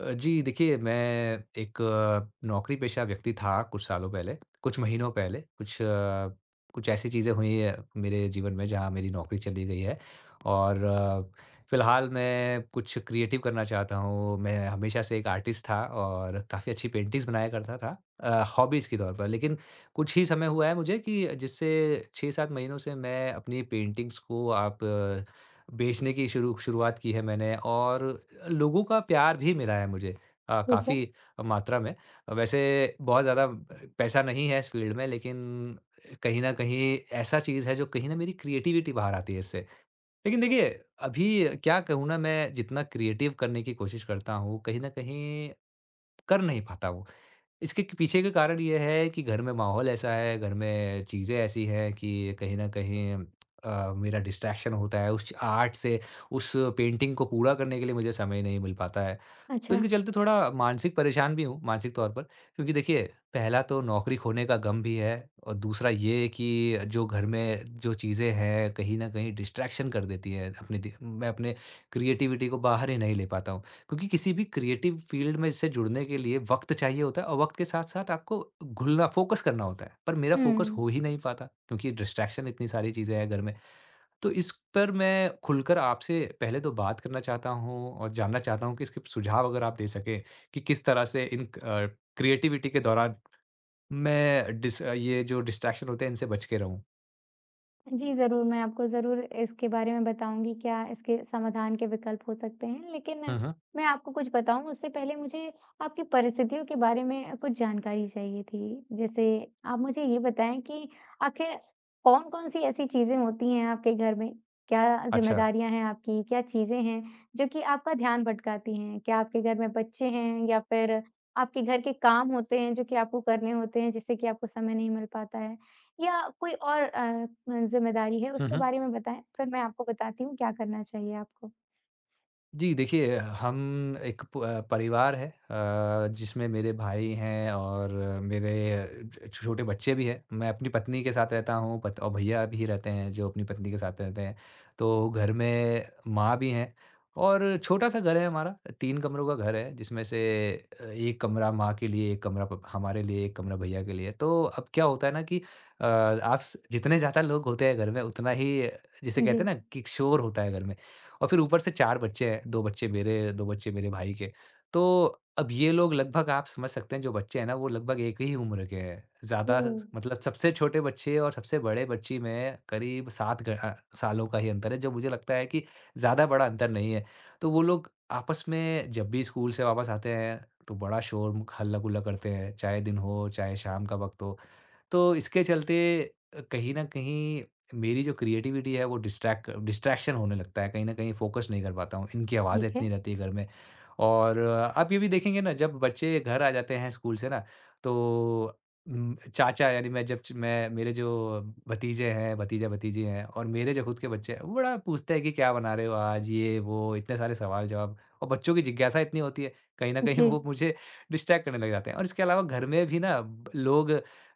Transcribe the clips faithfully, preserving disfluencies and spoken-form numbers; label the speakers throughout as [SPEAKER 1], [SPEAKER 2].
[SPEAKER 1] अ, जी, देखिए मैं एक अ, नौकरी-पेशा व्यक्ति था कुछ सालों पहले, कुछ महीनों पहले, कुछ अ, कुछ ऐसी चीज़ें हुई हैं मेरे जीवन में जहाँ मेरी नौकरी चली गई है और फ़िलहाल मैं कुछ क्रिएटिव करना चाहता हूँ। मैं हमेशा से एक आर्टिस्ट था और काफ़ी अच्छी पेंटिंग्स बनाया करता था अ, हॉबीज़ के तौर पर। लेकिन कुछ ही समय हुआ है मुझे कि जिससे छह सात महीनों से मैं अपनी पेंटिंग्स को आप बेचने की शुरू शुरुआत की है मैंने और लोगों का प्यार भी मिला है मुझे अ,
[SPEAKER 2] ठीक है।
[SPEAKER 1] काफ़ी मात्रा में। वैसे बहुत ज़्यादा पैसा नहीं है इस फ़ील्ड में लेकिन कहीं न कहीं ऐसा चीज़ है जो कहीं न मेरी क्रिएटिविटी बाहर आती है इससे। लेकिन देखिए, अभी क्या कहूँ ना मैं जितना क्रिएटिव करने की कोशिश करता हूँ, कहीं न कहीं कर नहीं पाता वो। इसके क पीछे का कारण ये है कि घर में माहौल ऐसा है, घर में चीज़ें ऐसी हैं कि कहीं न कहीं अ, मेरा डिस्ट्रैक्शन होता है उस आर्ट से, उस पेंटिंग को पूरा करने के लिए मुझे समय नहीं मिल पाता है। तो
[SPEAKER 2] अच्छा।
[SPEAKER 1] इसके चलते थोड़ा मानसिक परेशान भी हूँ, मानसिक तौर पर क्योंकि देखिए पहला तो नौकरी खोने का गम भी है और दूसरा ये कि जो घर में जो चीज़ें हैं, कहीं न कहीं डिस्ट्रैक्शन कर देती हैं अपनी दि मैं अपने क्रिएटिविटी को बाहर ही नहीं ले पाता हूँ। क्योंकि किसी भी क्रिएटिव फ़ील्ड में इससे जुड़ने के लिए वक़्त चाहिए होता है और वक़्त के साथ-साथ आपको घुलना फ़ोकस करना होता है। पर मेरा फ़ोकस
[SPEAKER 2] हुँ।
[SPEAKER 1] हो ही नहीं पाता क्योंकि डिस्ट्रैक्शन इतनी सारी चीज़ें हैं घर में। तो इस पर मैं खुलकर आपसे पहले तो बात करना चाहता हूँ और जानना चाहता हूँ कि इसके सुझाव अगर आप दे सकें कि किस तरह से इन अ, क्रिएटिविटी के दौरान मैं डिस अ, ये जो डिस्ट्रैक्शन होते हैं इनसे बच के रहूँ?
[SPEAKER 2] जी, ज़रूर, मैं आपको ज़रूर इसके बारे में बताऊँगी, क्या इसके समाधान के विकल्प हो सकते हैं। लेकिन
[SPEAKER 1] हुँ, हुँ।
[SPEAKER 2] मैं आपको कुछ बताऊँ, उससे पहले मुझे आपकी परिस्थितियों के बारे में कुछ जानकारी चाहिए थी। जैसे आप मुझे ये बताएँ कि आखिर कौन-कौन सी ऐसी चीज़ें होती हैं आपके घर में? क्या
[SPEAKER 1] अच्छा।
[SPEAKER 2] ज़िम्मेदारियाँ हैं आपकी? क्या चीज़ें हैं, जो कि आपका ध्यान भटकाती हैं? क्या आपके घर में बच्चे हैं या फिर आपके घर के काम होते हैं, जो कि आपको करने होते हैं, जिससे कि आपको समय नहीं मिल पाता है? या कोई और अ, ज़िम्मेदारी है
[SPEAKER 1] हुँ,
[SPEAKER 2] उसके
[SPEAKER 1] हुँ।
[SPEAKER 2] बारे में बताएँ, फिर मैं आपको बताती हूँ क्या करना चाहिए आपको?
[SPEAKER 1] जी, देखिए हम एक प अ, परिवार है अ, जिसमें मेरे भाई हैं और मेरे अ, छोटे बच्चे भी हैं। मैं अपनी पत्नी के साथ रहता हूँ पत और भैया भी रहते हैं जो अपनी पत्नी के साथ रहते हैं। तो घर में माँ भी हैं और छोटा-सा घर है हमारा, तीन कमरों का घर है जिसमें से अ, एक कमरा माँ के लिए, एक कमरा प हमारे लिए, एक कमरा भैया के लिए। तो अब क्या होता है ना कि अ, आप स जितने ज़्यादा लोग होते हैं घर में उतना ही जैसे
[SPEAKER 2] जी।
[SPEAKER 1] कहते हैं ना कि शोर होता है घर में। और फिर ऊपर से चार बच्चे हैं, दो बच्चे मेरे, दो बच्चे मेरे भाई के। तो अब ये लोग लगभग आप समझ सकते हैं जो बच्चे हैं ना वो लगभग एक ही उम्र के हैं। ज़्यादा
[SPEAKER 2] ओह!
[SPEAKER 1] मतलब सबसे छोटे बच्चे और सबसे बड़े बच्ची में करीब सात घ अ, सालों का ही अंतर है, जो मुझे लगता है कि ज़्यादा बड़ा अंतर नहीं है। तो वो लोग आपस में जब भी स्कूल से वापस आते हैं, तो बड़ा शोर हल्ला-गुल्ला करते हैं, चाहे दिन हो, चाहे शाम का वक़्त हो। तो इसके चलते अ, कहीं न कहीं मेरी जो क्रिएटिविटी है वो डिस्ट्रैक्ट डिस्ट्रैक्शन होने लगता है, कहीं न कहीं फ़ोकस नहीं कर पाता हूँ, इनकी आवाज़ें
[SPEAKER 2] ठीक
[SPEAKER 1] इतनी
[SPEAKER 2] है।
[SPEAKER 1] रहती है घर में। और अ, आप ये भी देखेंगे ना जब बच्चे घर आ जाते हैं स्कूल से ना तो उम, चाचा यानी मैं जब च मैं मेरे जो भतीजे हैं, भतीजा-भतीजी हैं और मेरे जो खुद के बच्चे हैं, वो बड़ा पूछते हैं कि क्या बना रहे हो आज? ये, वो इतने सारे सवाल-जवाब और बच्चों की जिज्ञासा इतनी होती है, कहीं न कहीं
[SPEAKER 2] जी।
[SPEAKER 1] वो मुझे डिस्ट्रैक्ट करने लग जाते हैं। और इसके अलावा घर में भी ना ब लोग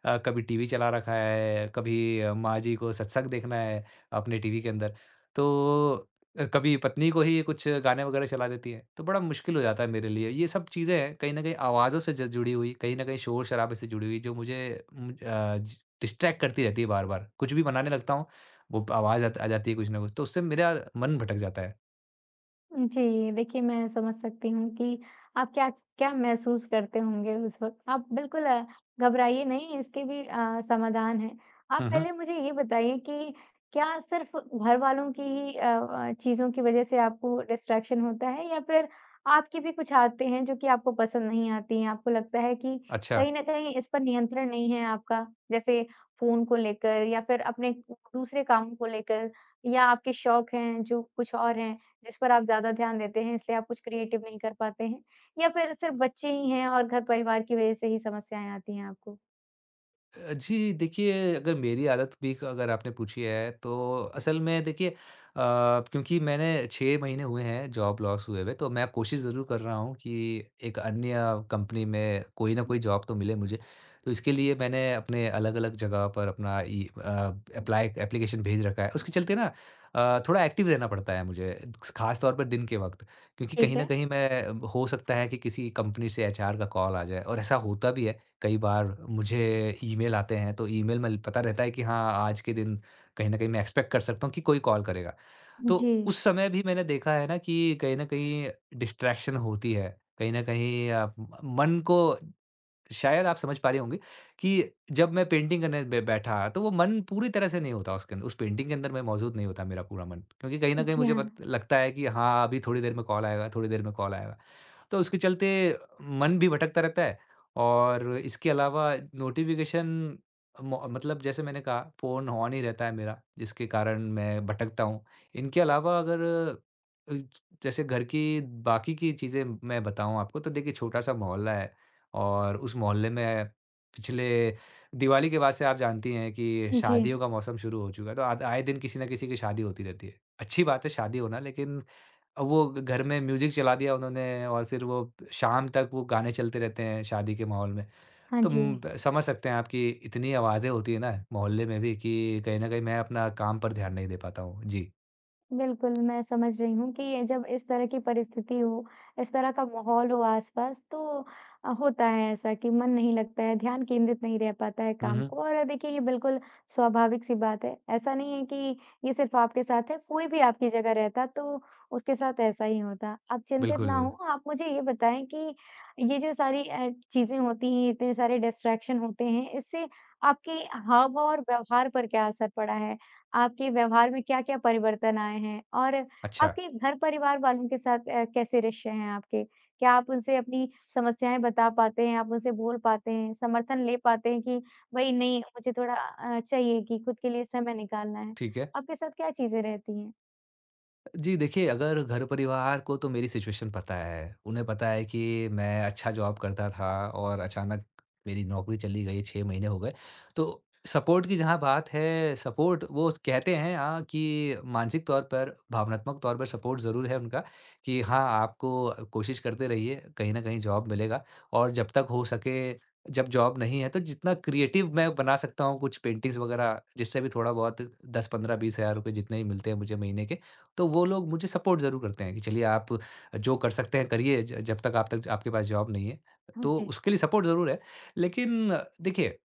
[SPEAKER 1] अ, कभी टीवी चला रखा है, कभी अ, माँ जी को सत्संग देखना है अपने टीवी के अंदर। तो अ, कभी पत्नी को ही कुछ गाने वगैरह चला देती है, तो बड़ा मुश्किल हो जाता है मेरे लिए। ये सब चीज़ें हैं कहीं न कहीं आवाज़ों से ज जुड़ी हुई, कहीं न कहीं शोर-शराबे से जुड़ी हुई जो मुझे मुझ अ, ज डिस्ट्रैक्ट करती रहती है बार-बार। कुछ भी बनाने लगता हूँ, वो प आवाज़ आत आ जाती है कुछ ना कुछ, तो उससे मेरा मन भटक जाता है।
[SPEAKER 2] जी, देखिए मैं समझ सकती हूँ कि आप क्या क्या महसूस करते होंगे उस वक़्त। आप बिल्कुल अ, घबराइए नहीं इसके भी अ, समाधान है। आप
[SPEAKER 1] हुँ, हुँ।
[SPEAKER 2] पहले मुझे ये बताइए कि क्या सिर्फ़ घरवालों की ही अ अ, चीज़ों की वज़ह से आपको डिस्ट्रैक्शन होता है या फिर आपकी भी कुछ आदतें हैं जो कि आपको पसंद नहीं आती हैं? आपको लगता है कि
[SPEAKER 1] अच्छा।
[SPEAKER 2] कहीं न कहीं इस पर नियंत्रण नहीं है आपका, जैसे फ़ोन को लेकर या फिर अपने दूसरे कामों को लेकर या आपके शौक हैं जो कुछ और हैं। जिस पर आप ज़्यादा ध्यान देते हैं इसलिए आप कुछ क्रिएटिव नहीं कर पाते हैं? या फिर सिर्फ़ बच्चे ही हैं और घर-परिवार की वज़ह से ही समस्याएँ आती हैं आपको?
[SPEAKER 1] अ, जी, देखिए अगर मेरी आदत भी क- अगर आपने पूछी है तो असल में देखिए अ, क्योंकि मैंने छह महीने हुए हैं जॉब लॉस हुए हुए, तो मैं कोशिश ज़रूर कर रहा हूँ कि एक अन्य कंपनी में कोई ना कोई जॉब तो मिले मुझे। तो इसके लिए मैंने अपने अलग-अलग जगह पर अपना इ अ, एप्लाई एप्लीकेशन भेज रखा है। उसके चलते ना अ, थोड़ा एक्टिव रहना पड़ता है मुझे, ख़ास तौर पर दिन के वक़्त क्योंकि
[SPEAKER 2] ठीक
[SPEAKER 1] कहीं न
[SPEAKER 2] है।
[SPEAKER 1] कहीं मैं हो सकता है कि किसी कंपनी से एचआर का कॉल आ जाए और ऐसा होता भी है। कई बार मुझे ईमेल आते हैं तो ईमेल में पता रहता है कि हाँ आज के दिन कहीं न कहीं मैं एक्सपेक्ट कर सकता हूँ कि कोई कॉल करेगा। तो
[SPEAKER 2] जी।
[SPEAKER 1] उस समय भी मैंने देखा है ना कि कहीं न कहीं डिस्ट्रैक्शन होती है। कहीं न कहीं अ, मन को शायद आप समझ पा रहे होंगे कि जब मैं पेंटिंग करने बे बैठा, तो वो मन पूरी तरह से नहीं होता उसके अंदर उस पेंटिंग के अंदर मैं मौजूद नहीं होता मेरा पूरा मन। क्योंकि कहीं न कहीं
[SPEAKER 2] जी
[SPEAKER 1] मुझे
[SPEAKER 2] हाँ।
[SPEAKER 1] पत लगता है कि हाँ, अभी थोड़ी देर में कॉल आएगा, थोड़ी देर में कॉल आएगा। तो उसके चलते मन भी भटकता रहता है और इसके अलावा नोटिफ़िकेशन मो मतलब जैसे मैंने कहा फ़ोन ऑन ही रहता है मेरा, जिसके कारण मैं भटकता हूँ। इनके अलावा अगर अ, जैसे घर की बाकी की चीज़ें मैं बताऊँ आपको तो देखिए छोटा-सा मोहल्ला है और उस मोहल्ले में पिछले दिवाली के बाद से आप जानती हैं कि
[SPEAKER 2] जी।
[SPEAKER 1] शादियों का मौसम शुरू हो चुका है, तो आद आए दिन किसी न किसी की शादी होती रहती है। अच्छी बात है शादी होना लेकिन अब वो घर में म्यूज़िक चला दिया उन्होंने और फिर वो शाम तक वो गाने चलते रहते हैं शादी के माहौल में।
[SPEAKER 2] हाँ
[SPEAKER 1] तो
[SPEAKER 2] जी।
[SPEAKER 1] उम, ब समझ सकते हैं आप कि इतनी आवाज़ें होती हैं ना मोहल्ले में भी कि कहीं न कहीं मैं अपना काम पर ध्यान नहीं दे पाता हूँ। जी।
[SPEAKER 2] बिल्कुल, मैं समझ रही हूँ कि ये जब इस तरह की परिस्थिति हो, इस तरह का माहौल हो आस-पास तो अ, होता है ऐसा कि मन नहीं लगता है, ध्यान केंद्रित नहीं रह पाता है
[SPEAKER 1] हुँ,
[SPEAKER 2] काम
[SPEAKER 1] हुँ।
[SPEAKER 2] को और देखिए ये बिल्कुल स्वाभाविक-सी बात है। ऐसा नहीं है कि ये सिर्फ़ आपके साथ है, कोई भी आपकी जगह रहता तो उसके साथ ऐसा ही होता। आप चिंतित
[SPEAKER 1] बिल्कुल।
[SPEAKER 2] ना हों, आप मुझे ये बताएँ कि ये जो सारी अ, चीज़ें होती हैं, इतने सारे डिस्ट्रैक्शन होते हैं, इससे आपके हाव-भाव और व्यवहार पर क्या असर पड़ा है? आपके व्यवहार में क्या-क्या परिवर्तन आए हैं? और
[SPEAKER 1] अच्छा,
[SPEAKER 2] आपके घर परिवार वालों के साथ अ, कैसे रिश्ते हैं आपके? क्या आप उनसे अपनी समस्याएँ बता पाते हैं? आप उनसे बोल पाते हैं? समर्थन ले पाते हैं कि भई नहीं मुझे थोड़ा अ, चाहिए कि खुद के लिए समय निकालना है?
[SPEAKER 1] ठीक है।
[SPEAKER 2] आपके साथ क्या चीज़ें रहती हैं?
[SPEAKER 1] जी देखिए, अगर घर-परिवार को तो मेरी सिचुएशन पता है। उन्हें पता है कि मैं अच्छा जॉब करता था और अचानक मेरी नौकरी चली गई, छह महीने हो गए। तो सपोर्ट की जहाँ बात है, सपोर्ट वो कहते हैं हाँ, कि मानसिक तौर पर, भावनात्मक तौर पर सपोर्ट ज़रूर है उनका कि हाँ, आपको कोशिश करते रहिए, कहीं न कहीं जॉब मिलेगा और जब तक हो सके जब जॉब नहीं है तो जितना क्रिएटिव मैं बना सकता हूँ कुछ पेंटिंग्स वगैरह जिससे भी थोड़ा बहुत दस, पंद्रह, बीस हज़ार रुपए जितने भी मिलते हैं मुझे महीने के, तो वो लोग मुझे सपोर्ट ज़रूर करते हैं कि चलिए आप जो कर सकते हैं करिए ज जब तक आप तक आपके पास जॉब नहीं है।
[SPEAKER 2] हाँ
[SPEAKER 1] तो
[SPEAKER 2] जी।
[SPEAKER 1] उसके लिए सपोर्ट ज़रूर है। लेकिन देखिए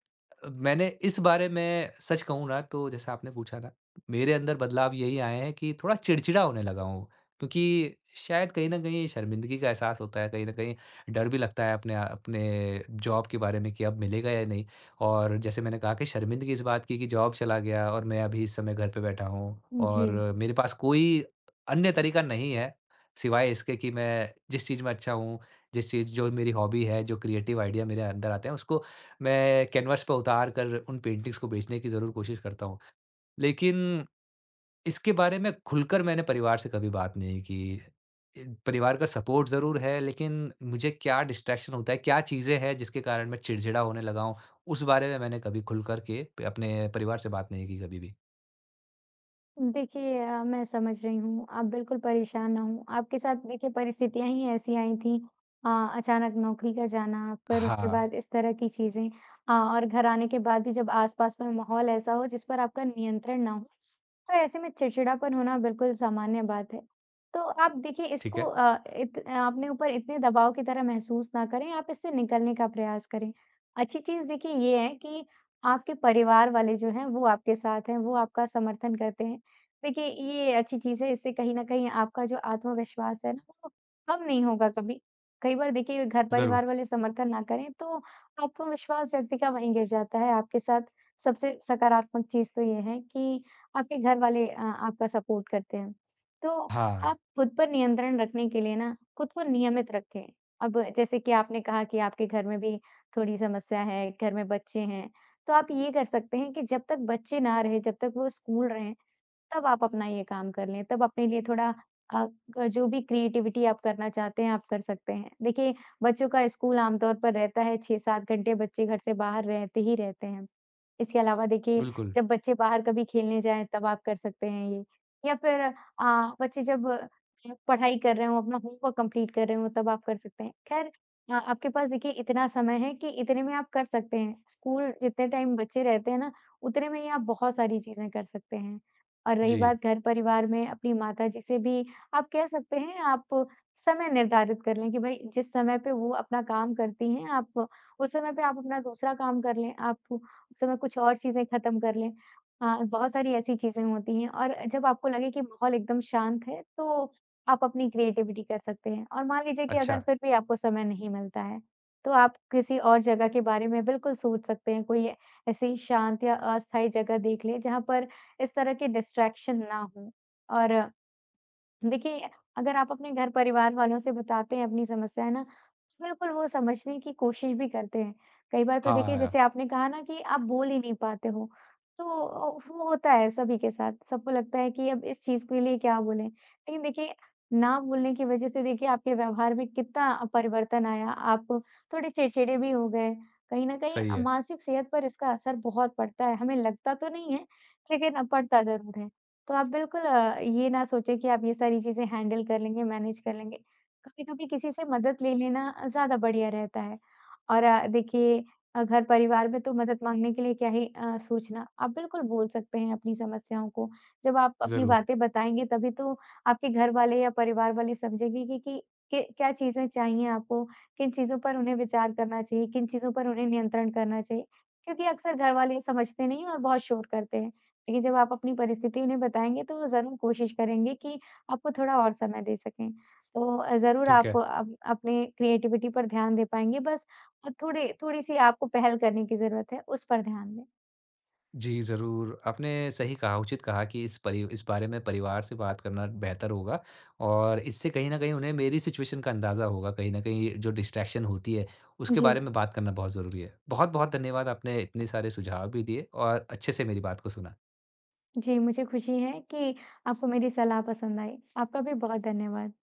[SPEAKER 1] मैंने इस बारे में सच कहूँ ना तो जैसा आपने पूछा ना, मेरे अंदर बदलाव यही आए हैं कि थोड़ा चिड़चिड़ा होने लगा हूँ। क्योंकि शायद कहीं न कहीं शर्मिंदगी का एहसास होता है, कहीं न कहीं डर भी लगता है अपने अपने जॉब के बारे में कि अब मिलेगा या नहीं। और जैसे मैंने कहा कि शर्मिंदगी इस बात की कि जॉब चला गया और मैं अभी इस समय घर पे बैठा हूँ
[SPEAKER 2] जी।
[SPEAKER 1] और मेरे पास कोई अन्य तरीका नहीं है, सिवाय इसके कि मैं जिस चीज़ में अच्छा हूँ, जिस चीज़ जो मेरी हॉबी है, जो क्रिएटिव आइडिया मेरे अंदर आते हैं, उसको मैं कैनवास पे उतार कर उन पेंटिंग्स को बेचने की ज़रूर कोशिश करता हूँ। लेकिन इसके बारे में खुलकर मैंने परिवार से कभी बात नहीं की। ए, परिवार का सपोर्ट ज़रूर है, लेकिन मुझे क्या डिस्ट्रैक्शन होता है, क्या चीज़ें हैं जिसके कारण मैं चिड़चिड़ा होने लगा हूँ, उस बारे में मैंने कभी खुलकर के प अपने परिवार से बात नहीं की कभी भी।
[SPEAKER 2] देखिए अ, मैं समझ रही हूँ, आप बिल्कुल परेशान ना हों। आपके साथ देखिए परिस्थितियाँ ही ऐसी आई थीं अ, अचानक नौकरी का जाना, फिर उसके
[SPEAKER 1] हाँ,
[SPEAKER 2] बाद इस तरह की चीज़ें अ, और घर आने के बाद भी जब आस-पास में माहौल ऐसा हो जिस पर आपका नियंत्रण ना हो, तो ऐसे में चिड़चिड़ापन होना बिल्कुल सामान्य बात है। तो आप देखिए
[SPEAKER 1] ठीक
[SPEAKER 2] इसको
[SPEAKER 1] है।
[SPEAKER 2] अ, इत अपने ऊपर इतने दबाव की तरह महसूस ना करें, आप इससे निकलने का प्रयास करें। अच्छी चीज़ देखिए ये है कि आपके परिवार वाले जो हैं, वो आपके साथ हैं, वो आपका समर्थन करते हैं। देखिए, ये अच्छी चीज़ है, इससे कहीं न कहीं आपका जो आत्मविश्वास है ना, वो कम नहीं होगा कभी। कई बार देखिए
[SPEAKER 1] ज़रूर।
[SPEAKER 2] घर-परिवार वाले समर्थन ना करें, तो आत्मविश्वास व्यक्ति का वहीं गिर जाता है। आपके साथ सबसे सकारात्मक चीज़ तो ये है कि आपके घर वाले अ, आपका सपोर्ट करते हैं। तो
[SPEAKER 1] हाँ,
[SPEAKER 2] आप खुद पर नियंत्रण रखने के लिए ना, खुद को नियमित रखें। अब जैसे कि आपने कहा कि आपके घर में भी थोड़ी समस्या है, घर में बच्चे हैं, तो आप ये कर सकते हैं कि जब तक बच्चे ना रहें, जब तक वो स्कूल रहें, तब आप अपना ये काम कर लें, तब अपने लिए थोड़ा अ, क जो भी क्रिएटिविटी आप करना चाहते हैं, आप कर सकते हैं। देखिए, बच्चों का स्कूल आम तौर पर रहता है छह सात घंटे बच्चे घर से बाहर रहते ही रहते हैं। इसके अलावा देखिए
[SPEAKER 1] बिल्कुल।
[SPEAKER 2] जब बच्चे बाहर कभी खेलने जाएँ तब आप कर सकते हैं ये। या फिर अ, बच्चे जब अ, पढ़ाई कर रहे हों, अपना होमवर्क कंप्लीट कर रहे हों तब आप कर सकते हैं। ख़ैर अ, आपके पास देखिए इतना समय है कि इतने में आप कर सकते हैं। स्कूल जितने टाइम बचे रहते हैं ना, उतने में ही आप बहुत सारी चीज़ें कर सकते हैं। और रही
[SPEAKER 1] जी।
[SPEAKER 2] बात घर परिवार में अपनी माताजी से भी आप कह सकते हैं आप समय निर्धारित कर लें कि भई जिस समय पे वो अपना काम करती हैं आप उस समय पे आप अपना दूसरा काम कर लें। आप उस समय कुछ और चीज़ें ख़त्म कर लें। हाँ, बहुत सारी ऐसी चीज़ें होती हैं और जब आपको लगे कि माहौल एकदम शांत है, तो आप अपनी क्रिएटिविटी कर सकते हैं और मान लीजिए कि
[SPEAKER 1] अच्छा,
[SPEAKER 2] अगर फिर भी आपको समय नहीं मिलता है, तो आप किसी और जगह के बारे में बिल्कुल सोच सकते हैं। कोई ऐसी शांत या अस्थायी जगह देख लें, जहाँ पर इस तरह के डिस्ट्रैक्शन ना हों और देखिए, अगर आप अपने घर परिवार वालों से बताते हैं अपनी समस्या, है ना? तो बिल्कुल, वो समझने की कोशिश भी करते हैं। कई बार तो देखिए
[SPEAKER 1] हाँ,
[SPEAKER 2] जैसे आपने कहा ना कि आप बोल ही नहीं पाते हो, तो अ, वो होता है सभी के साथ। सबको लगता है कि अब इस चीज़ के लिए क्या बोलें? लेकिन देखिए, ना बोलने की वज़ह से देखिए आपके व्यवहार में कितना अ, परिवर्तन आया। आप थोड़े चिड़चिड़े भी हो गए। कहीं न कहीं
[SPEAKER 1] सही
[SPEAKER 2] अ,
[SPEAKER 1] है,
[SPEAKER 2] मानसिक सेहत पर इसका असर बहुत पड़ता है। हमें लगता तो नहीं है, लेकिन अ, पड़ता ज़रूर है। तो आप बिल्कुल अ, ये ना सोचें कि आप ये सारी चीज़ें हैंडल कर लेंगे, मैनेज कर लेंगे। कभी-कभी किसी से मदद ले लेना अ, ज़्यादा बढ़िया रहता है। और अ, देखिए अ, घर परिवार में तो मदद माँगने के लिए क्या ही अ, सोचना। आप बिल्कुल बोल सकते हैं अपनी समस्याओं को। जब आप अपनी
[SPEAKER 1] ज़रूर,
[SPEAKER 2] बातें बताएँगे तभी तो आपके घर वाले या परिवार वाले समझेंगे कि, कि कि क्या चीज़ें चाहिए आपको, किन चीज़ों पर उन्हें विचार करना चाहिए, किन चीज़ों पर उन्हें नियंत्रण करना चाहिए। क्योंकि अक्सर घर वाले समझते नहीं हैं और बहुत शोर करते हैं। लेकिन जब आप अपनी परिस्थिति उन्हें बताएँगे तो वो ज़रूर कोशिश करेंगे कि आपको थोड़ा और समय दे सकें। तो अ, ज़रूर
[SPEAKER 1] ठीक
[SPEAKER 2] आप
[SPEAKER 1] है।
[SPEAKER 2] अप अपने क्रिएटिविटी पर ध्यान दे पाएँगे बस अ, थोड़ी थोड़ी-सी आपको पहल करने की ज़रूरत है, उस पर ध्यान दें।
[SPEAKER 1] जी, ज़रूर, आपने सही कहा, उचित कहा कि इस परि इस बारे में परिवार से बात करना बेहतर होगा और इससे कहीं न कहीं उन्हें मेरी सिचुएशन का अंदाज़ा होगा, कहीं न कहीं जो डिस्ट्रैक्शन होती है, उसके
[SPEAKER 2] जी।
[SPEAKER 1] बारे में बात करना बहुत ज़रूरी है। बहुत-बहुत धन्यवाद, आपने इतने सारे सुझाव भी दिए और अच्छे से मेरी बात को सुना।
[SPEAKER 2] जी, मुझे खुशी है कि आपको मेरी सलाह पसंद आई। आपका भी बहुत धन्यवाद।